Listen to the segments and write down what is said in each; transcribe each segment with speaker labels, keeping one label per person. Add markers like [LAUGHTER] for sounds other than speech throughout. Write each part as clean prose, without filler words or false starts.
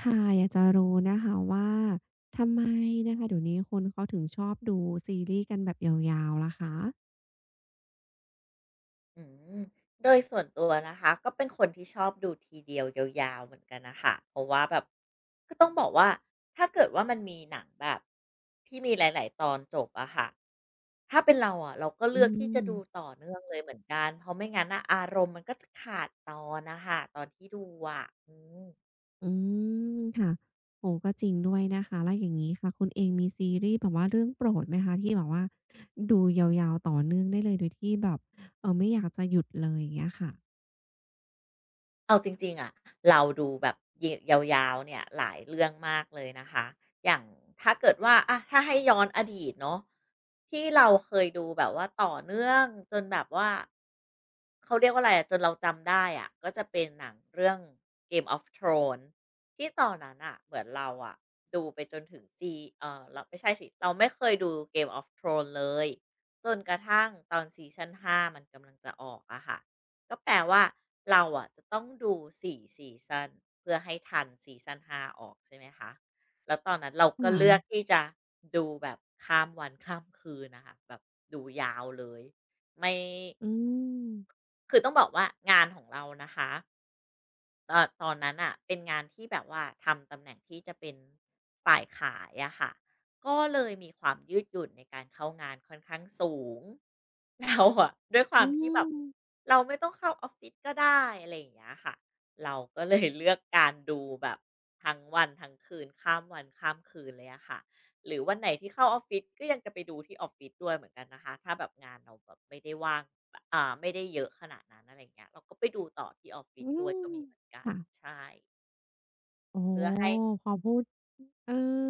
Speaker 1: ค่ะอยากจะรู้นะคะว่าทำไมนะคะเดี๋ยวนี้คนเขาถึงชอบดูซีรีส์กันแบบยาวๆล่ะคะ
Speaker 2: อืมโดยส่วนตัวนะคะก็เป็นคนที่ชอบดูทีเดียวยาวๆเหมือนกันนะคะเพราะว่าแบบก็ต้องบอกว่าถ้าเกิดว่ามันมีหนังแบบที่มีหลายๆตอนจบอะค่ะถ้าเป็นเราอะเราก็
Speaker 1: อื
Speaker 2: เลือกที่
Speaker 1: ม
Speaker 2: จะดูต่อเนื่องเลยเหมือนกันเพราะไม่งั้นอะอารมณ์มันก็จะขาดตอนนะคะตอนที่ดูอะอืม
Speaker 1: อืมค่ะโอ้โฮก็จริงด้วยนะคะแล้วอย่างงี้ค่ะคุณเองมีซีรีส์แบบว่าเรื่องโปรดไหมคะที่แบบว่าดูยาวๆต่อเนื่องได้เลยโดยที่แบบไม่อยากจะหยุดเลยอย่างเงี้ยค่ะ
Speaker 2: เอาจริงๆอะเราดูแบบยยาวๆเนี่ยหลายเรื่องมากเลยนะคะอย่างถ้าเกิดว่าอะถ้าให้ย้อนอดีตเนาะที่เราเคยดูแบบว่าต่อเนื่องจนแบบว่าเขาเรียกว่าอะไรอะจนเราจำได้อะก็จะเป็นหนังเรื่อง Game of Thrones ที่ตอนนั้นน่ะเหมือนเราอะดูไปจนถึงซีเอ่อเราไม่ใช่สิเราไม่เคยดู Game of Thrones เลยจนกระทั่งตอนซีซันห้ามันกำลังจะออกอะค่ะ ก็แปลว่าเราอะจะต้องดู4ซีซันเพื่อให้ทันซีซัน5ออกใช่ไหมคะแล้วตอนนั้นเราก็
Speaker 1: ค่ะ
Speaker 2: เลือกที่จะดูแบบข้ามวันข้ามคืนนะคะแบบดูยาวเลยไม่
Speaker 1: อืม
Speaker 2: คือต้องบอกว่างานของเรานะคะ ตอนนั้นอ่ะเป็นงานที่แบบว่าทำตำแหน่งที่จะเป็นฝ่ายขายอะค่ะก็เลยมีความยืดหยุ่นในการเข้างานค่อนข้างสูง [LAUGHS] เราอะด้วยควา
Speaker 1: อื
Speaker 2: มที่แบบ
Speaker 1: ม
Speaker 2: เราไม่ต้องเข้าออฟฟิศก็ได้อะไรอย่างเงี้ยค่ะเราก็เลยเลือกการดูแบบทั้งวันทั้งคืนข้ามวันข้ามคืนเลยอะค่ะหรือวันไหนที่เข้าออฟฟิศก็ยังจะไปดูที่ออฟฟิศด้วยเหมือนกันนะคะถ้าแบบงานเราแบบไม่ได้ว่าง อ่าไม่ได้เยอะขนาดนั้นอะไรอย่างเงี้ยเราก็ไปดูต่อที่ออฟฟิ
Speaker 1: อื
Speaker 2: ศด้วยก็
Speaker 1: ม
Speaker 2: มีเหมือนกัน
Speaker 1: ค่ะ
Speaker 2: ใช่
Speaker 1: โอ้
Speaker 2: เพื่อให้
Speaker 1: พอพูดเออ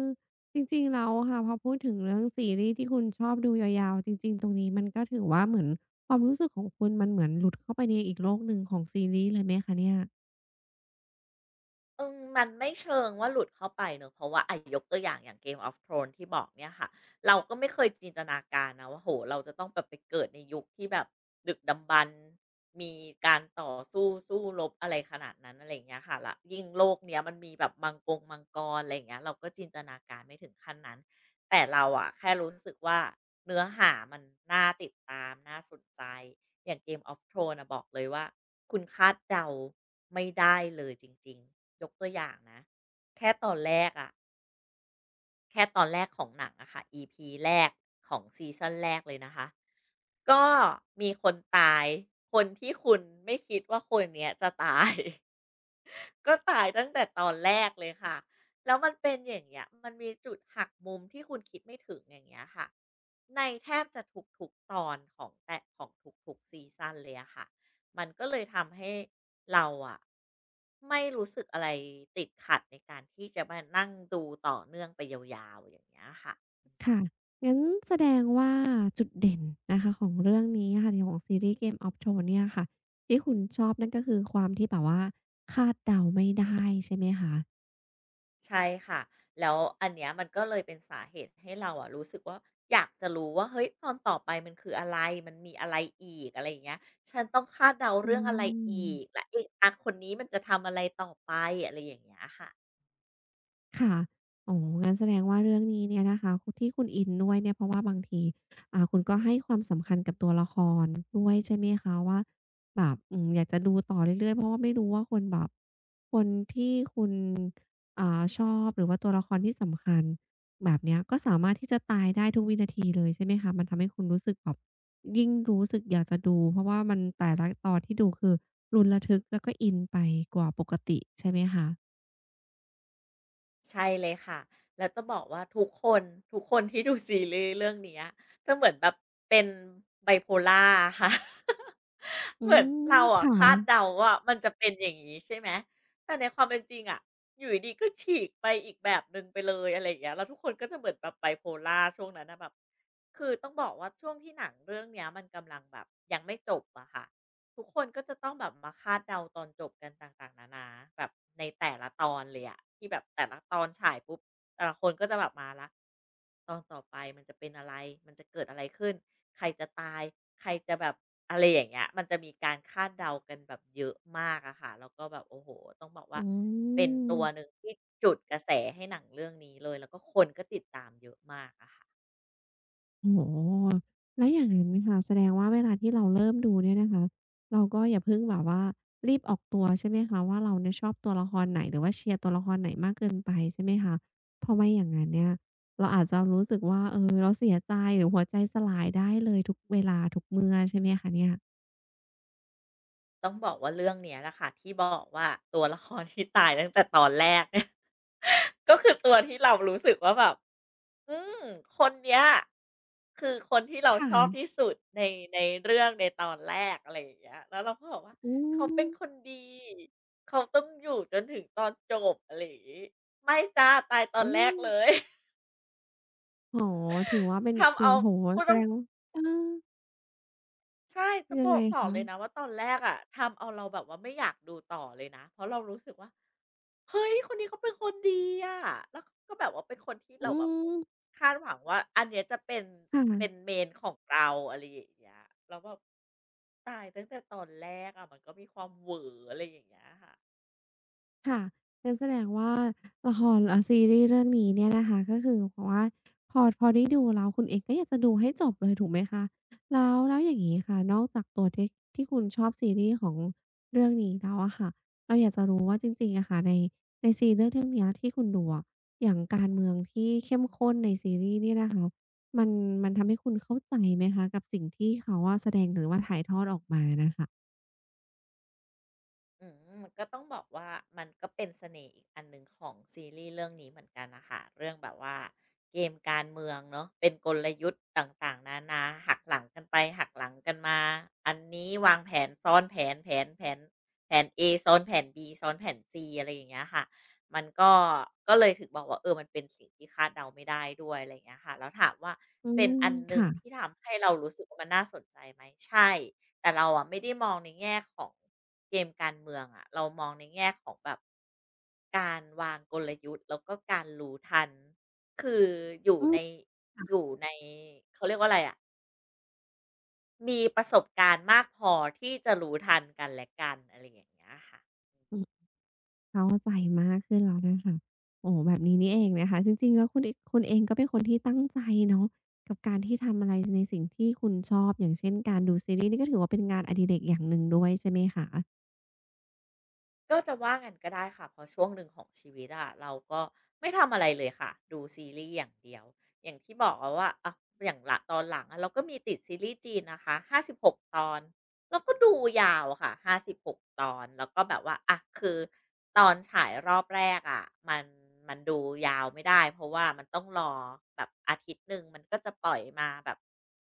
Speaker 1: จริงๆแล้วอะค่ะพอพูดถึงเรื่องซีรีส์ที่คุณชอบดูยาวๆจริงๆตรงนี้มันก็ถือว่าเหมือนความรู้สึกของคุณมันเหมือนหลุดเข้าไปในอีกโลกหนึ่งของซีรีส์เลยไหมคะเนี่ย
Speaker 2: อืมมันไม่เชิงว่าหลุดเข้าไปเนอะเพราะว่าไอะยกตัวอย่างอย่าง Game of Thrones ที่บอกเนี่ยค่ะเราก็ไม่เคยจินตนาการนะว่าโหเราจะต้องแบบไปเกิดในยุคที่แบบดึกดำบรรพ์มีการต่อสู้สู้รบอะไรขนาดนั้นอะไรอย่างเงี้ยค่ะละยิ่งโลกเนี้ยมันมีแบบมังกรอะไรอย่างเงี้ยเราก็จินตนาการไม่ถึงขั้นนั้นแต่เราอะแค่รู้สึกว่าเนื้อหามันน่าติดตามน่าสนใจ อย่าง Game of Thrones น่ะบอกเลยว่าคุณคาดเดาไม่ได้เลยจริงๆยกตัวอย่างนะแค่ตอนแรกอะแค่ตอนแรกของหนังอะค่ะ EP แรกของซีซันแรกเลยนะคะก็มีคนตายคนที่คุณไม่คิดว่าคนเนี้ยจะตาย ก็ตายตั้งแต่ตอนแรกเลยค่ะ แล้วมันเป็นอย่างเงี้ยมันมีจุดหักมุมที่คุณคิดไม่ถึงอย่างเงี้ยค่ะ ในแทบจะทุกๆตอนของทุกๆซีซันเลยอะค่ะ มันก็เลยทำให้เราอะไม่รู้สึกอะไรติดขัดในการที่จะมานั่งดูต่อเนื่องไปยาวๆอย่างเงี้ยค่ะ
Speaker 1: ค่ะงั้นแสดงว่าจุดเด่นนะคะของเรื่องนี้อะค่ะในของซีรีส์ Game of Thrones เนี่ยค่ะที่คุณชอบนั่นก็คือความที่แบบว่าคาดเดาไม่ได้ใช่ไหมคะ
Speaker 2: ใช่ค่ะ แล้วอันเนี้ยมันก็เลยเป็นสาเหตุให้เราอะรู้สึกว่าอยากจะรู้ว่าเฮ้ยตอนต่อไปมันคืออะไร มันมีอะไรอีกอะไรอย่างเงี้ยฉันต้องคาดเดา
Speaker 1: อื
Speaker 2: เรื่องอะไรอีก
Speaker 1: ม
Speaker 2: และไอ้อาคนนี้มันจะทำอะไรต่อไปอะไรอย่างเงี้ยค่ะ
Speaker 1: ค่ะอ๋องั้นแสดงว่าเรื่องนี้เนี่ยนะคะที่คุณอินด้วยเนี่ยเพราะว่าบางทีคุณก็ให้ความสำคัญกับตัวละครด้วยใช่ไหมคะว่าแบบอืมอยากจะดูต่อเรื่อยๆเพราะว่าไม่รู้ว่าคนแบบคนที่คุณชอบหรือว่าตัวละครที่สำคัญแบบเนี้ยก็สามารถที่จะตายได้ทุกวินาทีเลยใช่ไหมคะมันทำให้คุณรู้สึกแบบยิ่งรู้สึกอยากจะดูเพราะว่ามันแต่ละตอนที่ดูคือลุ้นระทึกแล้วก็อินไปกว่าปกติใช่ไหมคะ
Speaker 2: ใช่เลยค่ะแล้วจะบอกว่าทุกคนที่ดูซีรีส์เรื่องเนี้ยจะเหมือนแบบเป็น bipolar อะค่ะ [LAUGHS]
Speaker 1: อื
Speaker 2: เหมือน
Speaker 1: ม
Speaker 2: เราอะ
Speaker 1: ค่ะ
Speaker 2: คาดเดาว่ามันจะเป็นอย่างนี้ใช่ไหมแต่ในความเป็นจริงอะอยู่ดีๆก็ฉีกไปอีกแบบหนึ่งไปเลยอะไรอย่างเงี้ยแล้วทุกคนก็จะเหมือนแบบ bipolar ช่วงนั้นนะแบบคือต้องบอกว่าช่วงที่หนังเรื่องเนี้ยมันกำลังแบบยังไม่จบอะค่ะ ทุกคนก็จะต้องแบบมาคาดเดาตอนจบกันต่างๆนานาแบบในแต่ละตอนเลยอะที่แบบแต่ละตอนฉายปุ๊บแต่ละคนก็จะแบบมาละตอนต่อไปมันจะเป็นอะไรมันจะเกิดอะไรขึ้นใครจะตายใครจะแบบอะไรอย่างเงี้ยมันจะมีการคาดเดากันแบบเยอะมากอะค่ะแล้วก็แบบโอ้โหต้องบอกว่า
Speaker 1: อื
Speaker 2: เป็นตัวหนึ่ง
Speaker 1: ม
Speaker 2: ที่จุดกระแสให้หนังเรื่องนี้เลยแล้วก็คนก็ติดตามเยอะมากอะค่ะ
Speaker 1: โอ้โฮแล้วอย่างงั้นค่ะแสดงว่าเวลาที่เราเริ่มดูเนี่ยนะคะ เราก็อย่าเพิ่งแบบว่ารีบออกตัวใช่ไหมคะว่าเราเนี่ยชอบตัวละครไหนหรือว่าเชียร์ตัวละครไหนมากเกินไปใช่ไหมคะเพราะไม่อย่างงั้นเนี่ยเราอาจจะรู้สึกว่าเออเราเสียใจหรือหัวใจสลายได้เลยทุกเวลาทุกเมื่อใช่ไหมคะเนี่ย
Speaker 2: ต้องบอกว่าเรื่องเนี้ยแหละค่ะที่บอกว่าตัวละครที่ตายตั้งแต่ตอนแรกเนี่ย ก็คือตัวที่เรารู้สึกว่าแบบ อืม คนเนี้ยคือคนที่เราชอบ
Speaker 1: ค่ะ
Speaker 2: ที่สุดในในเรื่องในตอนแรกอะไรอย่างเงี้ยแล้วเราก็บอกว่า
Speaker 1: อื
Speaker 2: เขาเป็น
Speaker 1: ม
Speaker 2: คนดี เขาต้องอยู่จนถึงตอนจบอะไรอย่างงี้ไม่จ้ะตายตอ
Speaker 1: อื
Speaker 2: นแรก
Speaker 1: ม
Speaker 2: เลย [LAUGHS]
Speaker 1: โอ้โฮถือว่าเป็น
Speaker 2: ทำ
Speaker 1: เสีย
Speaker 2: เอา
Speaker 1: งโอ้โฮ
Speaker 2: พูด
Speaker 1: แส
Speaker 2: ตร
Speaker 1: ดงว่าเออ
Speaker 2: ใช่จะ
Speaker 1: ยั
Speaker 2: โบ
Speaker 1: ง
Speaker 2: อ
Speaker 1: ไง
Speaker 2: กบอก
Speaker 1: คะ
Speaker 2: เลยนะว่าตอนแรกอะทำเอาเราแบบว่าไม่อยากดูต่อเลยนะ เพราะเรารู้สึกว่าเฮ้ยคนนี้เขาเป็นคนดีอะแล้วเขาก็แบบว่าเป็นคนที่เรา
Speaker 1: อื
Speaker 2: แบบ
Speaker 1: ม
Speaker 2: คาดหวังว่าอันเนี้ยจะเป็นเป็น
Speaker 1: ค่ะ
Speaker 2: เ a นของเราอะไรอย่างเงี้ยแล้วแบบตายตั้งแต่ตอนแรกอะมันก็มีความเหวออะไรอย่างเงี้ยค่ะ
Speaker 1: ค่ะงั้นแสดงว่าละครซีรีส์เรื่องนี้เนี่ยนะคะก็คือเพราะว่าพอได้ดูแล้วคุณเองก็อยากจะดูให้จบเลยถูกไหมคะแล้วอย่างงี้ค่ะนอกจากตัวที่ที่คุณชอบซีรีส์ของเรื่องนี้แล้วอะค่ะเราอยากจะรู้ว่าจริงๆอะค่ะในซีรีส์เรื่องเนี้ยที่คุณดูอะอย่างการเมืองที่เข้มข้นในซีรีส์เนี่ยนะคะมันมันทำให้คุณเข้าใจไหมคะกับสิ่งที่เขาอะแสดงหรือว่าถ่ายทอดออกมาน่ะค่ะ
Speaker 2: อืมมันก็ต้องบอกว่ามันก็เป็นเสน่ห์อีกอันหนึ่งของซีรีส์เรื่องนี้เหมือนกันนะคะเรื่องแบบว่าเกมการเมืองเนาะเป็นกลยุทธ์ต่างๆนานาหักหลังกันไปหักหลังกันมาอันนี้วางแผนซ้อนแผนแผน A ซ้อนแผนบีซ้อนแผนซีอะไรอย่างเงี้ยค่ะมันก็ก็เลยถึงบอกว่าเออมันเป็นสิ่งที่คาดเดาไม่ได้ด้วยอะไรอย่างเงี้ยค่ะแล้วถามว่า
Speaker 1: อื
Speaker 2: เป็น
Speaker 1: ม
Speaker 2: อันหนึ่งที่
Speaker 1: ค่ะ
Speaker 2: ทำให้เรารู้สึกว่ามันน่าสนใจไหมใช่ แต่เราอะไม่ได้มองในแง่ของเกมการเมืองอะเรามองในแง่ของแบบการวางกลยุทธ์แล้วก็การรู้ทันคืออยู่
Speaker 1: อืม
Speaker 2: ในอยู่
Speaker 1: ค่ะ
Speaker 2: ในเขาเรียกว่าอะไรอะมีประสบการณ์มากพอที่จะรู้ทันกันและกันอะไรอย่างเงี้ยค่ะ
Speaker 1: เข้าใจมากขึ้นแล้วนะคะโอ้โฮแบบนี้นี่เองนะคะ จริงๆแล้วคุณเองก็เป็นคนที่ตั้งใจเนาะกับการที่ทำอะไรในสิ่งที่คุณชอบอย่างเช่นการดูซีรีส์นี่ก็ถือว่าเป็นงานอดิเรกอย่างหนึ่งด้วยใช่ไหมคะ
Speaker 2: ก็จะว่างั้นก็ได้ค่ะเพราะช่วงหนึ่งของชีวิตอะเราก็ไม่ทำอะไรเลยค่ะดูซีรีส์อย่างเดียวอย่างที่บอกอะว่าอ่ะอย่างละตอนหลังอะเราก็มีติดซีรีส์จีนนะคะห้าสิบหกตอนเราก็ดูยาวค่ะห้าสิบหกตอนแล้วก็แบบว่าอ่ะคือตอนฉายรอบแรกอะมันมันดูยาวไม่ได้เพราะว่ามันต้องรอแบบอาทิตย์หนึ่งมันก็จะปล่อยมาแบบ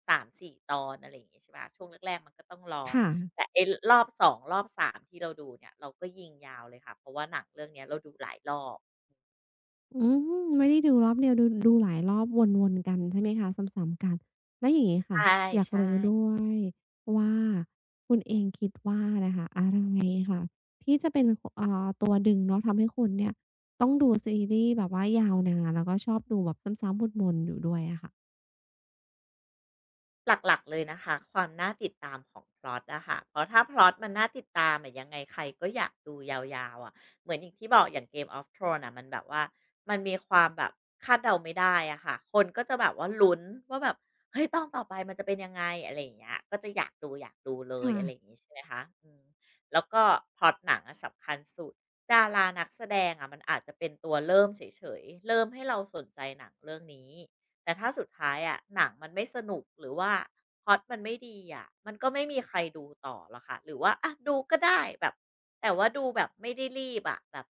Speaker 2: สามสี่ตอนอะไรอย่างงี้ใช่ปะช่วงแรกๆมันก็ต้องรอ
Speaker 1: ค่ะ
Speaker 2: แต่ไอ้รอบ2รอบ3ที่เราดูเนี่ยเราก็ยิงยาวเลยค่ะเพราะว่าหนังเรื่องเนี้ยเราดูหลายรอบ
Speaker 1: อืมไม่ได้ดูรอบเดียวดูหลายรอบวนๆกันใช่ไหมคะซ้ำๆกันแล้วอย่างงี้ค่ะ
Speaker 2: ใช่
Speaker 1: อยาก
Speaker 2: ใช่
Speaker 1: รู้ด้วยว่าคุณเองคิดว่านะคะอะไรค่ะที่จะเป็นคอ่าตัวดึงเนาะทำให้คุณเนี่ยต้องดูซีรีส์แบบว่ายาวนานแล้วก็ชอบดูแบบซ้ำๆวนๆอยู่ด้วยอะค่ะ
Speaker 2: หลักๆ เลยนะคะความน่าติดตามของพล็อตอะค่ะเพราะถ้าพล็อตมันน่าติดตามอะยังไงใครก็อยากดูยาวๆอะเหมือนอย่างที่บอกอย่าง Game of Thrones ่ะมันแบบว่ามันมีความแบบคาดเดาไม่ได้อะค่ะคนก็จะแบบว่าลุ้นว่าแบบเฮ้ยต้องต่อไปมันจะเป็นยังไงอะไรอย่างเงี้ยก็จะอยากดูเลย
Speaker 1: ค่ะ
Speaker 2: อะไรอย่างงี้ใช่ไหมคะอืมแล้วก็พล็อตหนังอะสำคัญสุดดารานักแสดงอะมันอาจจะเป็นตัวเริ่มเฉยๆเริ่มให้เราสนใจหนังเรื่องนี้ แต่ถ้าสุดท้ายอะหนังมันไม่สนุกหรือว่าพล็อตมันไม่ดีอะมันก็ไม่มีใครดูต่อหรอกค่ะหรือว่าอะดูก็ได้แบบแต่ว่าดูแบบไม่ได้รีบอะแบบ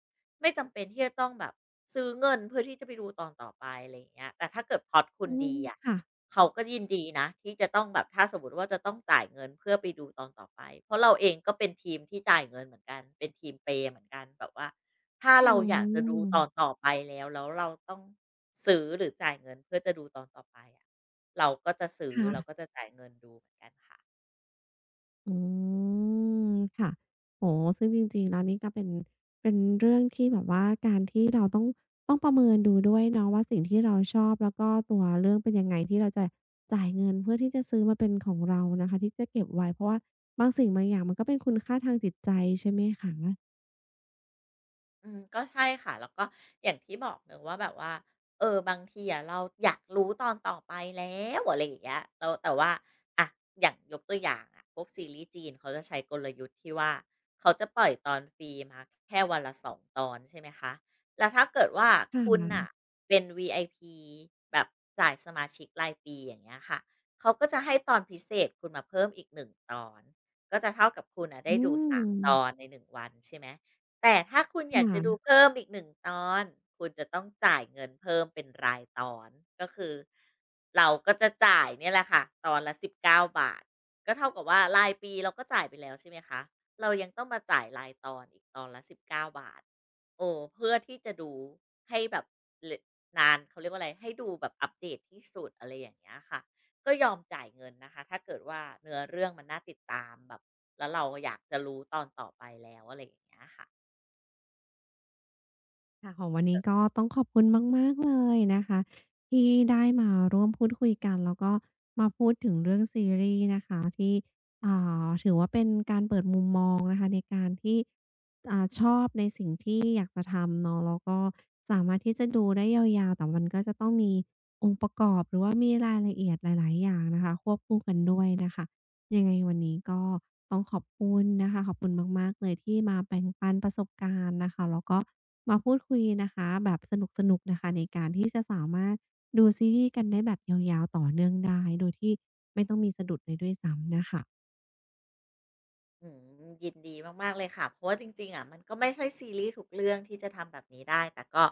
Speaker 2: ไม่จำเป็นที่จะต้องแบบซื้อเงินเพื่อที่จะไปดูตอนต่อไปอะไรอย่างเงี้ยแต่ถ้าเกิดพล็อตคุ
Speaker 1: อื
Speaker 2: ณดี
Speaker 1: ม
Speaker 2: อะ
Speaker 1: ค่ะ
Speaker 2: เขาก็ยินดีนะที่จะต้องแบบถ้าสมมติว่าจะต้องจ่ายเงินเพื่อไปดูตอนต่อไปเพราะเราเองก็เป็นทีมที่จ่ายเงินเหมือนกันเป็นทีมเปย์เหมือนกันแบบว่า ถ้า
Speaker 1: อื
Speaker 2: เราอยากจะดูตอน
Speaker 1: ม
Speaker 2: ต่อไปแล้วเราต้องซื้อหรือจ่ายเงินเพื่อจะดูตอนต่อไปอะเราก็จะซื้อเราก็
Speaker 1: ค่ะ
Speaker 2: จะจ่ายเงินดูเหมือนกันค่ะ
Speaker 1: อืมค่ะโอ้โฮซึ่งจริงๆแล้วนี่ก็เป็นเป็นเรื่องที่แบบว่าการที่เราต้องประเมินดูด้วยเนาะว่าสิ่งที่เราชอบแล้วก็ตัวเรื่องเป็นยังไงที่เราจะจ่ายเงินเพื่อที่จะซื้อมาเป็นของเรานะคะที่จะเก็บไว้เพราะว่าบางสิ่งบางอย่างมันก็เป็นคุณค่าทางจิตใจใช่ไหมคะ
Speaker 2: อืมก็ใช่ค่ะแล้วก็อย่างที่บอกเนอะว่าแบบว่าเออบางทีอะเราอยากรู้ตอนต่อไปแล้วอะไรอย่างเงี้ยแล้แต่ว่าอะอย่างยกตัวอย่างอะพวกซีรีส์จีนเขาจะใช้กลยุทธ์ที่ว่าเขาจะปล่อยตอนฟรีมาแค่วันละสองตอนใช่ไหมคะแล้วถ้าเกิดว่า
Speaker 1: ค่
Speaker 2: คุณอะ
Speaker 1: ะ
Speaker 2: เป็น VIP แบบจ่ายสมาชิกรายปีอย่างเงี้ยค่ะเขาก็จะให้ตอนพิเศษคุณมาเพิ่มอีกหนึ่งตอนก็จะเท่ากับคุณอะได้
Speaker 1: อื
Speaker 2: ดูสามตอน
Speaker 1: ม
Speaker 2: ในหนึ่งวันใช่ไหม แต่ถ้าคุณ
Speaker 1: ค
Speaker 2: อยากจะดู
Speaker 1: ่ะ
Speaker 2: เพิ่มอีก1ตอนคุณจะต้องจ่ายเงินเพิ่มเป็นรายตอนก็คือเราก็จะจ่ายเนี่ยแหละค่ะตอนละ19 บาทก็เท่ากับว่ารายปีเราก็จ่ายไปแล้วใช่ไหมคะเรายังต้องมาจ่ายรายตอนอีกตอนละ1ิบเก้าบาทโอ้เพื่อที่จะดูให้แบบเลนานเขาเรียกว่าอะไรให้ดูแบบอัปเดตที่สุดอะไรอย่างเงี้ยค่ะก็ยอมจ่ายเงินนะคะถ้าเกิดว่าเนื้อเรื่องมันน่าติดตามแบบแล้วเราอยากจะรู้ตอนต่อไปแล้วอะไรอย่างเงี้ยค่ะ
Speaker 1: ค่ะของวันนี้ก็ต้องขอบคุณมากๆเลยนะคะที่ได้มาร่วมพูดคุยกันแล้วก็มาพูดถึงเรื่องซีรีส์นะคะที่อ่าถือว่าเป็นการเปิดมุมมองนะคะในการที่อ่าชอบในสิ่งที่อยากจะทำเนาะแล้วก็สามารถที่จะดูได้ยาวๆแต่มันก็จะต้องมีองค์ประกอบหรือว่ามีรายละเอียดหลายๆอย่างนะคะควบคู่กันด้วยนะคะ ยังไงวันนี้ก็ต้องขอบคุณนะคะขอบคุณมากๆเลยที่มาแบ่งปันประสบการณ์นะคะแล้วก็มาพูดคุยนะคะแบบสนุกๆนะคะในการที่จะสามารถดูซีรีส์กันได้แบบยาวๆต่อเนื่องได้โดยที่ไม่ต้องมีสะดุดเลยด้วยซ้ำน่ะค่ะ
Speaker 2: อืมยินดีมากๆเลยค่ะเพราะว่าจริงๆอะมันก็ไม่ใช่ซีรีส์ทุกเรื่องที่จะทำแบบนี้ได้แต่ก็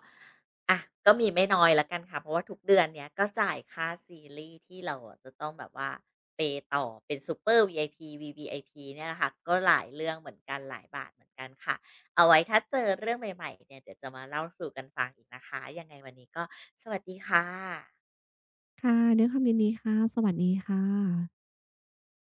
Speaker 2: อะก็มีไม่น้อยละกันค่ะเพราะว่าทุกเดือนเนี้ยก็จ่ายค่าซีรีส์ที่เราอะจะต้องแบบว่าเปย์ต่อเป็นซูเปอร์วีไอพีวีวีไอพีเนี่ยแหละค่ะก็หลายเรื่องเหมือนกันหลายบาทเหมือนกันค่ะเอาไว้ถ้าเจอเรื่องใหม่ๆเนี่ยเดี๋ยวจะมาเล่าสู่กันฟังอีกนะคะยังไงวันนี้ก็สวัสดีค่ะ
Speaker 1: ค่ะด้วยความยินดีค่ะสวัสดีค่ะ